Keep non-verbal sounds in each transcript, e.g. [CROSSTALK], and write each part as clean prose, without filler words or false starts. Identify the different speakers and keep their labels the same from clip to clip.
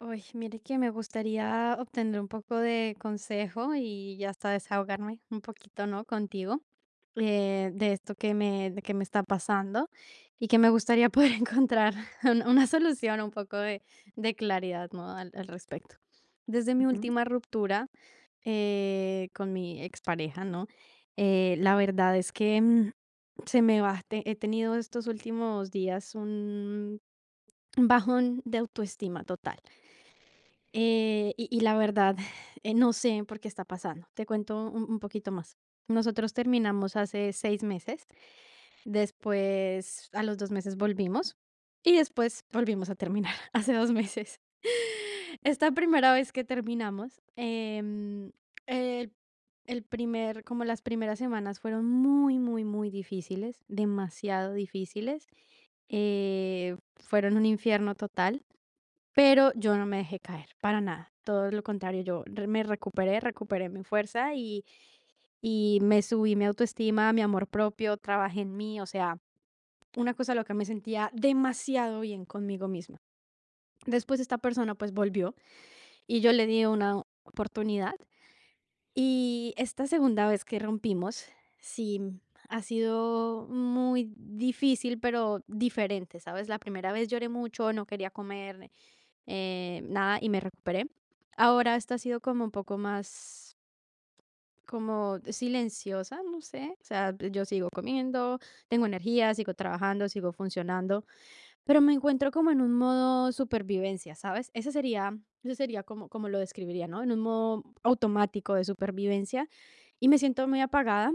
Speaker 1: Uy, mire que me gustaría obtener un poco de consejo y ya hasta desahogarme un poquito, ¿no? Contigo de esto de que me está pasando y que me gustaría poder [LAUGHS] encontrar una solución, un poco de claridad, ¿no? Al, al respecto. Desde mi
Speaker 2: Ujú.
Speaker 1: última ruptura con mi expareja, ¿no? La verdad es que se me va, te- he tenido estos últimos días un bajón de autoestima total. La verdad, [LAUGHS] no sé por qué está pasando. Te cuento un poquito más. Nosotros terminamos hace 6 meses, después a los 2 meses volvimos y después volvimos a terminar [LAUGHS] hace 2 meses. [LAUGHS] Esta primera vez que terminamos, el el primer como las primeras semanas fueron muy, muy, muy difíciles, demasiado difíciles, fueron un infierno total. Pero yo no me dejé caer, para nada. Todo lo contrario, me recuperé, recuperé mi fuerza y me subí mi autoestima, mi amor propio, trabajé en mí, o sea, una cosa a lo que me sentía demasiado bien conmigo misma. Después esta persona pues volvió y yo le di una oportunidad y esta segunda vez que rompimos, sí, ha sido muy difícil, pero diferente, ¿sabes? La primera vez lloré mucho, no quería comer, nada, y me recuperé. Ahora esta ha sido como un poco más como silenciosa, no sé, o sea, pues, yo sigo comiendo, tengo energía, sigo trabajando, sigo funcionando, pero me encuentro como en un modo supervivencia, ¿sabes? Ese sería como, como lo describiría, ¿no? En un modo automático de supervivencia y me siento muy apagada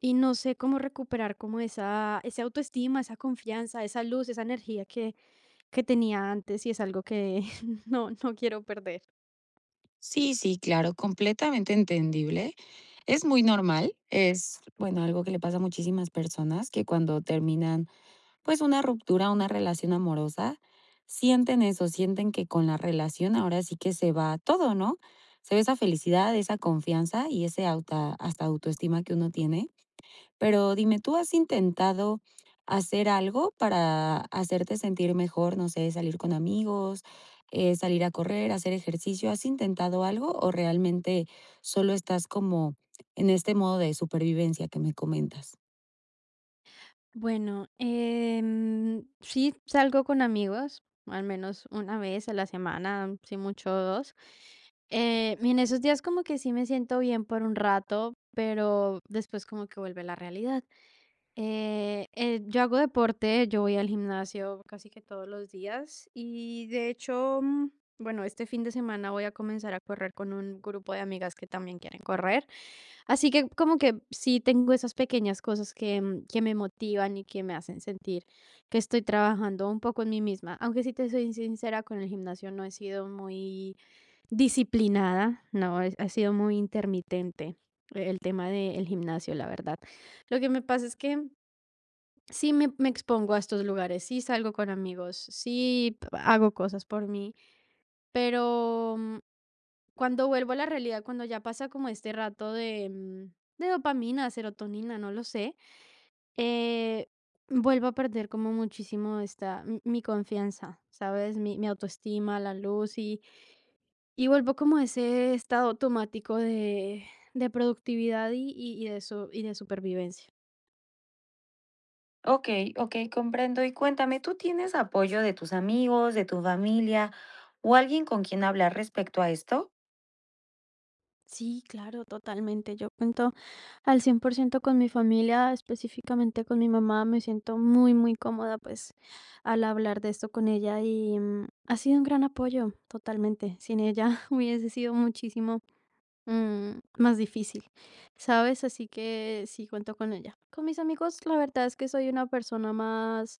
Speaker 1: y no sé cómo recuperar como esa autoestima, esa confianza, esa luz, esa energía que tenía antes y es algo que [LAUGHS] no, no quiero perder.
Speaker 2: Sí, sí, claro, completamente entendible. Es muy normal, es, bueno, algo que le pasa a muchísimas personas que cuando terminan, pues, una ruptura, una relación amorosa, sienten eso, sienten que con la relación ahora sí que se va todo, ¿no? Se ve esa felicidad, esa confianza y ese auta hasta autoestima que uno tiene. Pero dime, ¿tú has intentado hacer algo para hacerte sentir mejor? No sé, salir con amigos, salir a correr, hacer ejercicio. ¿Has intentado algo o realmente solo estás como en este modo de supervivencia que me comentas?
Speaker 1: Bueno, sí salgo con amigos, al menos una vez a la semana, si mucho dos. Y en esos días como que sí me siento bien por un rato, pero después como que vuelve la realidad. Yo hago deporte, yo voy al gimnasio casi que todos los días y de hecho, bueno, este fin de semana voy a comenzar a correr con un grupo de amigas que también quieren correr. Así que como que sí tengo esas pequeñas cosas que, que me motivan y que me hacen sentir que estoy trabajando un poco en mí misma. Aunque si te soy sincera, con el gimnasio no he sido muy disciplinada, no, ha sido muy intermitente el tema del gimnasio, la verdad. Lo que me pasa es que... Sí me expongo a estos lugares, sí salgo con amigos, sí p hago cosas por mí, pero, cuando vuelvo a la realidad, cuando ya pasa como este rato de, de dopamina, serotonina, no lo sé, eh, vuelvo a perder como muchísimo esta mi confianza, ¿sabes? Mi autoestima, la luz y vuelvo como a ese estado automático de productividad y de supervivencia.
Speaker 2: Ok, ok, comprendo. Y cuéntame, ¿tú tienes apoyo de tus amigos, de tu familia o alguien con quien hablar respecto a esto?
Speaker 1: Sí, claro, totalmente. Yo cuento al 100% con mi familia, específicamente con mi mamá. Me siento muy, muy cómoda pues al hablar de esto con ella y ha sido un gran apoyo, totalmente. Sin ella [LAUGHS] hubiese sido muchísimo más difícil, ¿sabes? Así que sí, cuento con ella. Con mis amigos, la verdad es que soy una persona más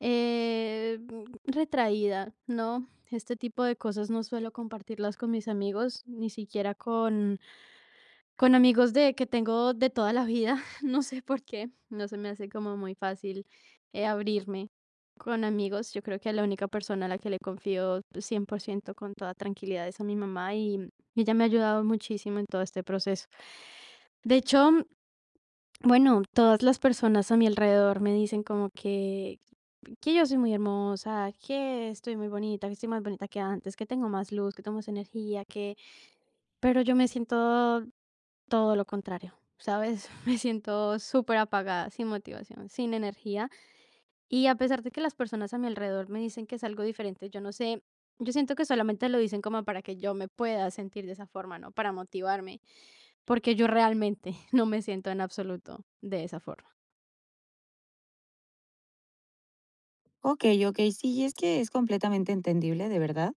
Speaker 1: eh, retraída, ¿no? Este tipo de cosas no suelo compartirlas con mis amigos, ni siquiera con amigos de que tengo de toda la vida, [LAUGHS] no sé por qué, no se me hace como muy fácil, abrirme con amigos. Yo creo que la única persona a la que le confío 100% con toda tranquilidad es a mi mamá y ella me ha ayudado muchísimo en todo este proceso. De hecho, bueno, todas las personas a mi alrededor me dicen como que yo soy muy hermosa, que estoy muy bonita, que estoy más bonita que antes, que tengo más luz, que tengo más energía, que pero yo me siento todo lo contrario, ¿sabes? [LAUGHS] Me siento súper apagada, sin motivación, sin energía. Y a pesar de que las personas a mi alrededor me dicen que es algo diferente, yo no sé, yo siento que solamente lo dicen como para que yo me pueda sentir de esa forma, ¿no? Para motivarme, porque yo realmente [LAUGHS] no me siento en absoluto de esa forma.
Speaker 2: Ok, ok, sí, y es que es completamente entendible, de verdad.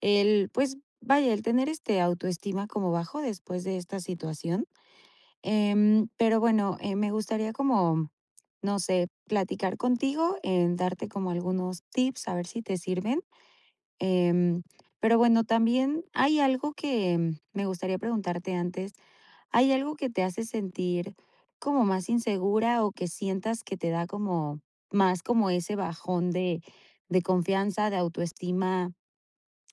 Speaker 2: El, pues, vaya, el tener, este, autoestima como bajo después de esta situación, pero bueno, me gustaría como, no sé, platicar contigo, en darte como algunos tips, a ver si te sirven, em, pero bueno, también hay algo que me gustaría preguntarte antes, ¿hay algo que te hace sentir como más insegura o que sientas que te da como más como ese bajón de confianza, de autoestima?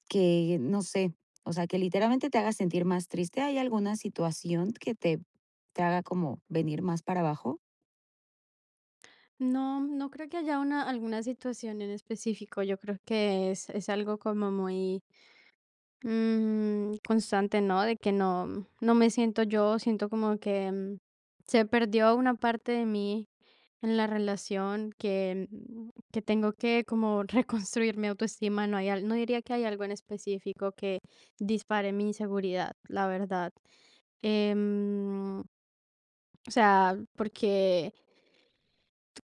Speaker 2: Que no sé, o sea, que literalmente te haga sentir más triste. ¿Hay alguna situación que te haga como venir más para abajo?
Speaker 1: No, no creo que haya una, alguna situación en específico. Yo creo que es algo como muy constante, ¿no? De que no, no me siento yo, siento como que se perdió una parte de mí en la relación que, que tengo que como [LAUGHS] reconstruir mi autoestima. No hay, no diría que hay algo en específico que dispare mi inseguridad, la verdad. Em, o sea, porque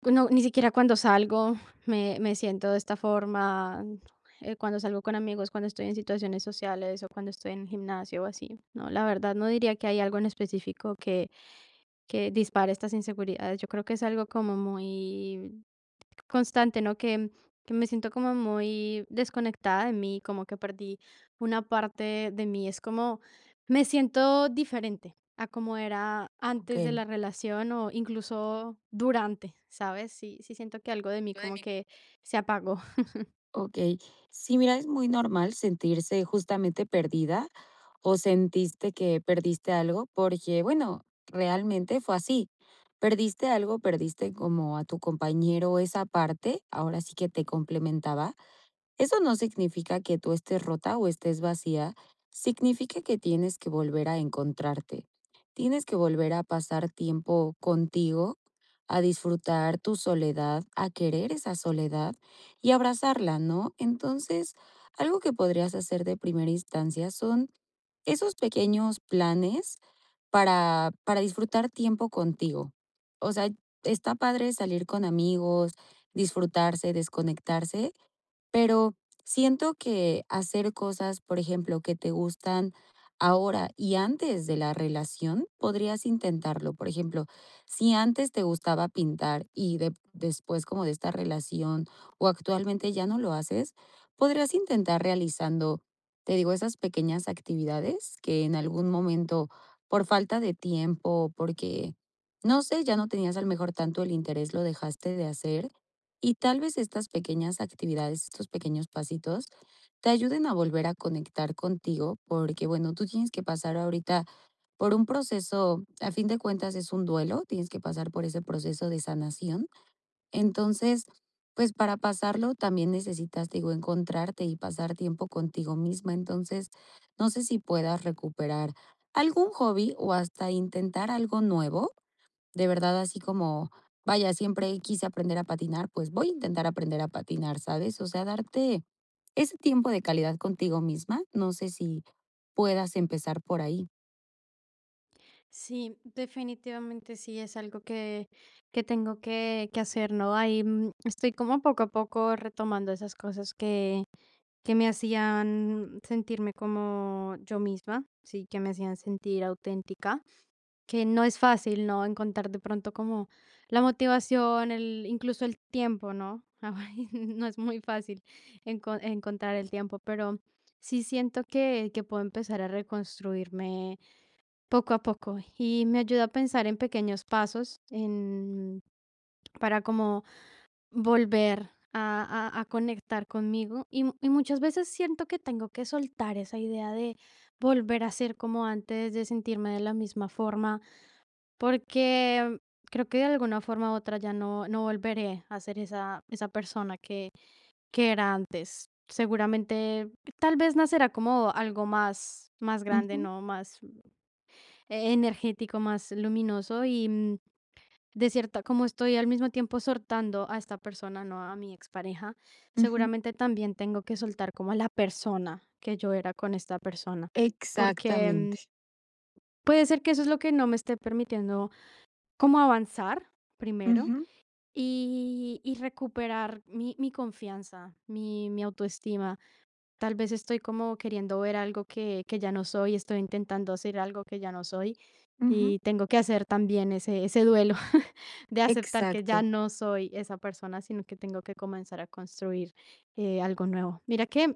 Speaker 1: no, ni siquiera cuando salgo me siento de esta forma, cuando salgo con amigos, cuando estoy en situaciones sociales o cuando estoy en el gimnasio o así. No, la verdad no diría que hay algo en específico que dispare estas inseguridades. Yo creo que es algo como muy constante, ¿no? Que me siento como muy desconectada de mí, como que perdí una parte de mí. Es como, me siento diferente a como era antes de
Speaker 2: Okey.
Speaker 1: la relación o incluso durante, ¿sabes? Sí, sí siento que algo de mí como que se apagó. [LAUGHS]
Speaker 2: Okey. Sí, mira, es muy normal sentirse justamente perdida, o sentiste que perdiste algo, porque, bueno, realmente fue así. Perdiste algo, perdiste como a tu compañero, esa parte, ahora sí que te complementaba. Eso no significa que tú estés rota o estés vacía, significa que tienes que volver a encontrarte. Tienes que volver a pasar tiempo contigo, a disfrutar tu soledad, a querer esa soledad y abrazarla, ¿no? Entonces, algo que podrías hacer de primera instancia son esos pequeños planes para disfrutar tiempo contigo. O sea, está padre salir con amigos, disfrutarse, desconectarse, pero siento que hacer cosas, por ejemplo, que te gustan ahora y antes de la relación, podrías intentarlo. Por ejemplo, si antes te gustaba pintar y después como de esta relación o actualmente ya no lo haces, podrías intentar realizando, te digo, esas pequeñas actividades que en algún momento, por falta de tiempo, porque, no sé, ya no tenías al mejor tanto el interés, lo dejaste de hacer y tal vez estas pequeñas actividades, estos pequeños pasitos, te ayuden a volver a conectar contigo, porque bueno, tú tienes que pasar ahorita por un proceso, a fin de cuentas es un duelo, tienes que pasar por ese proceso de sanación. Entonces, pues para pasarlo también necesitas, digo, encontrarte y pasar tiempo contigo misma. Entonces, no sé si puedas recuperar algún hobby o hasta intentar algo nuevo de verdad, así como, vaya, siempre quise aprender a patinar, pues voy a intentar aprender a patinar, ¿sabes? O sea, darte ese tiempo de calidad contigo misma, no sé si puedas empezar por ahí.
Speaker 1: Sí, definitivamente sí es algo que tengo que hacer, ¿no? Ahí estoy como poco a poco retomando esas cosas que me hacían sentirme como yo misma, sí, que me hacían sentir auténtica, que no es fácil, ¿no? Encontrar de pronto como la motivación, el, incluso el tiempo, ¿no? [LAUGHS] Ahora no es muy fácil encontrar el tiempo, pero sí siento que puedo empezar a reconstruirme poco a poco y me ayuda a pensar en pequeños pasos en, para como volver a conectar conmigo, y y muchas veces siento que tengo que soltar esa idea de volver a ser como antes, de sentirme de la misma forma, porque creo que de alguna forma u otra ya no volveré a ser esa persona que era antes. Seguramente, tal vez nacerá como algo más grande,
Speaker 2: Ujú,
Speaker 1: ¿no? Más, energético, más luminoso y de cierta, como estoy al mismo tiempo soltando a esta persona, no a mi expareja,
Speaker 2: ujú.
Speaker 1: seguramente también tengo que soltar como a la persona que yo era con esta persona, porque
Speaker 2: Exactamente.
Speaker 1: puede ser que eso es lo que no me esté permitiendo como avanzar primero
Speaker 2: Ujú,
Speaker 1: y recuperar mi, mi confianza, mi autoestima. Tal vez estoy como queriendo ver algo que ya no soy, estoy intentando hacer algo que ya no soy,
Speaker 2: ujú.
Speaker 1: y tengo que hacer también ese duelo [LAUGHS] de aceptar que ya
Speaker 2: Exacto.
Speaker 1: no soy esa persona, sino que tengo que comenzar a construir, algo nuevo. Mira que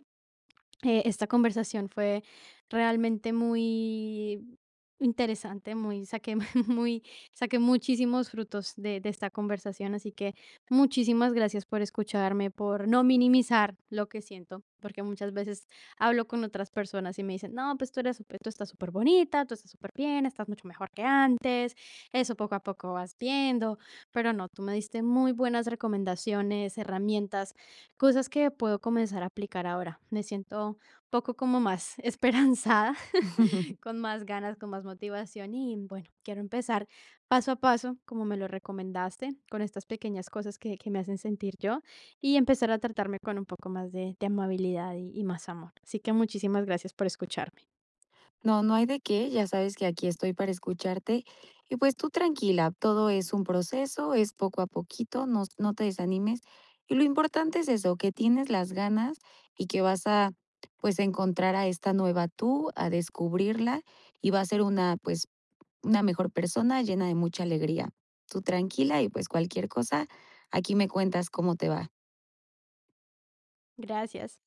Speaker 1: esta conversación fue realmente muy interesante, muy saqué [LAUGHS] muy saqué muchísimos frutos de esta conversación, así que muchísimas gracias por escucharme, por no minimizar lo que siento, porque muchas veces hablo con otras personas y me dicen, no, pues tú eres, tú estás súper bonita, tú estás súper bien, estás mucho mejor que antes, eso poco a poco vas viendo, pero no, tú me diste muy buenas recomendaciones, herramientas. Cosas que puedo comenzar a aplicar ahora. Me siento un poco como más [LAUGHS] esperanzada,
Speaker 2: [LAUGHS]
Speaker 1: [LAUGHS] con más ganas, con más motivación y bueno, quiero empezar paso a paso, como me lo recomendaste, con estas pequeñas cosas que me hacen sentir yo y empezar a tratarme con un poco más de amabilidad y más amor. Así que muchísimas gracias por escucharme.
Speaker 2: No, no hay de qué, ya sabes que aquí estoy para escucharte. Y pues tú tranquila, todo es un proceso, es poco a poquito, no, no te desanimes. Y lo importante es eso, que tienes las ganas y que vas a pues encontrar a esta nueva tú, a descubrirla y va a ser una pues una mejor persona llena de mucha alegría. Tú tranquila y pues cualquier cosa, aquí me cuentas cómo te va.
Speaker 1: Gracias.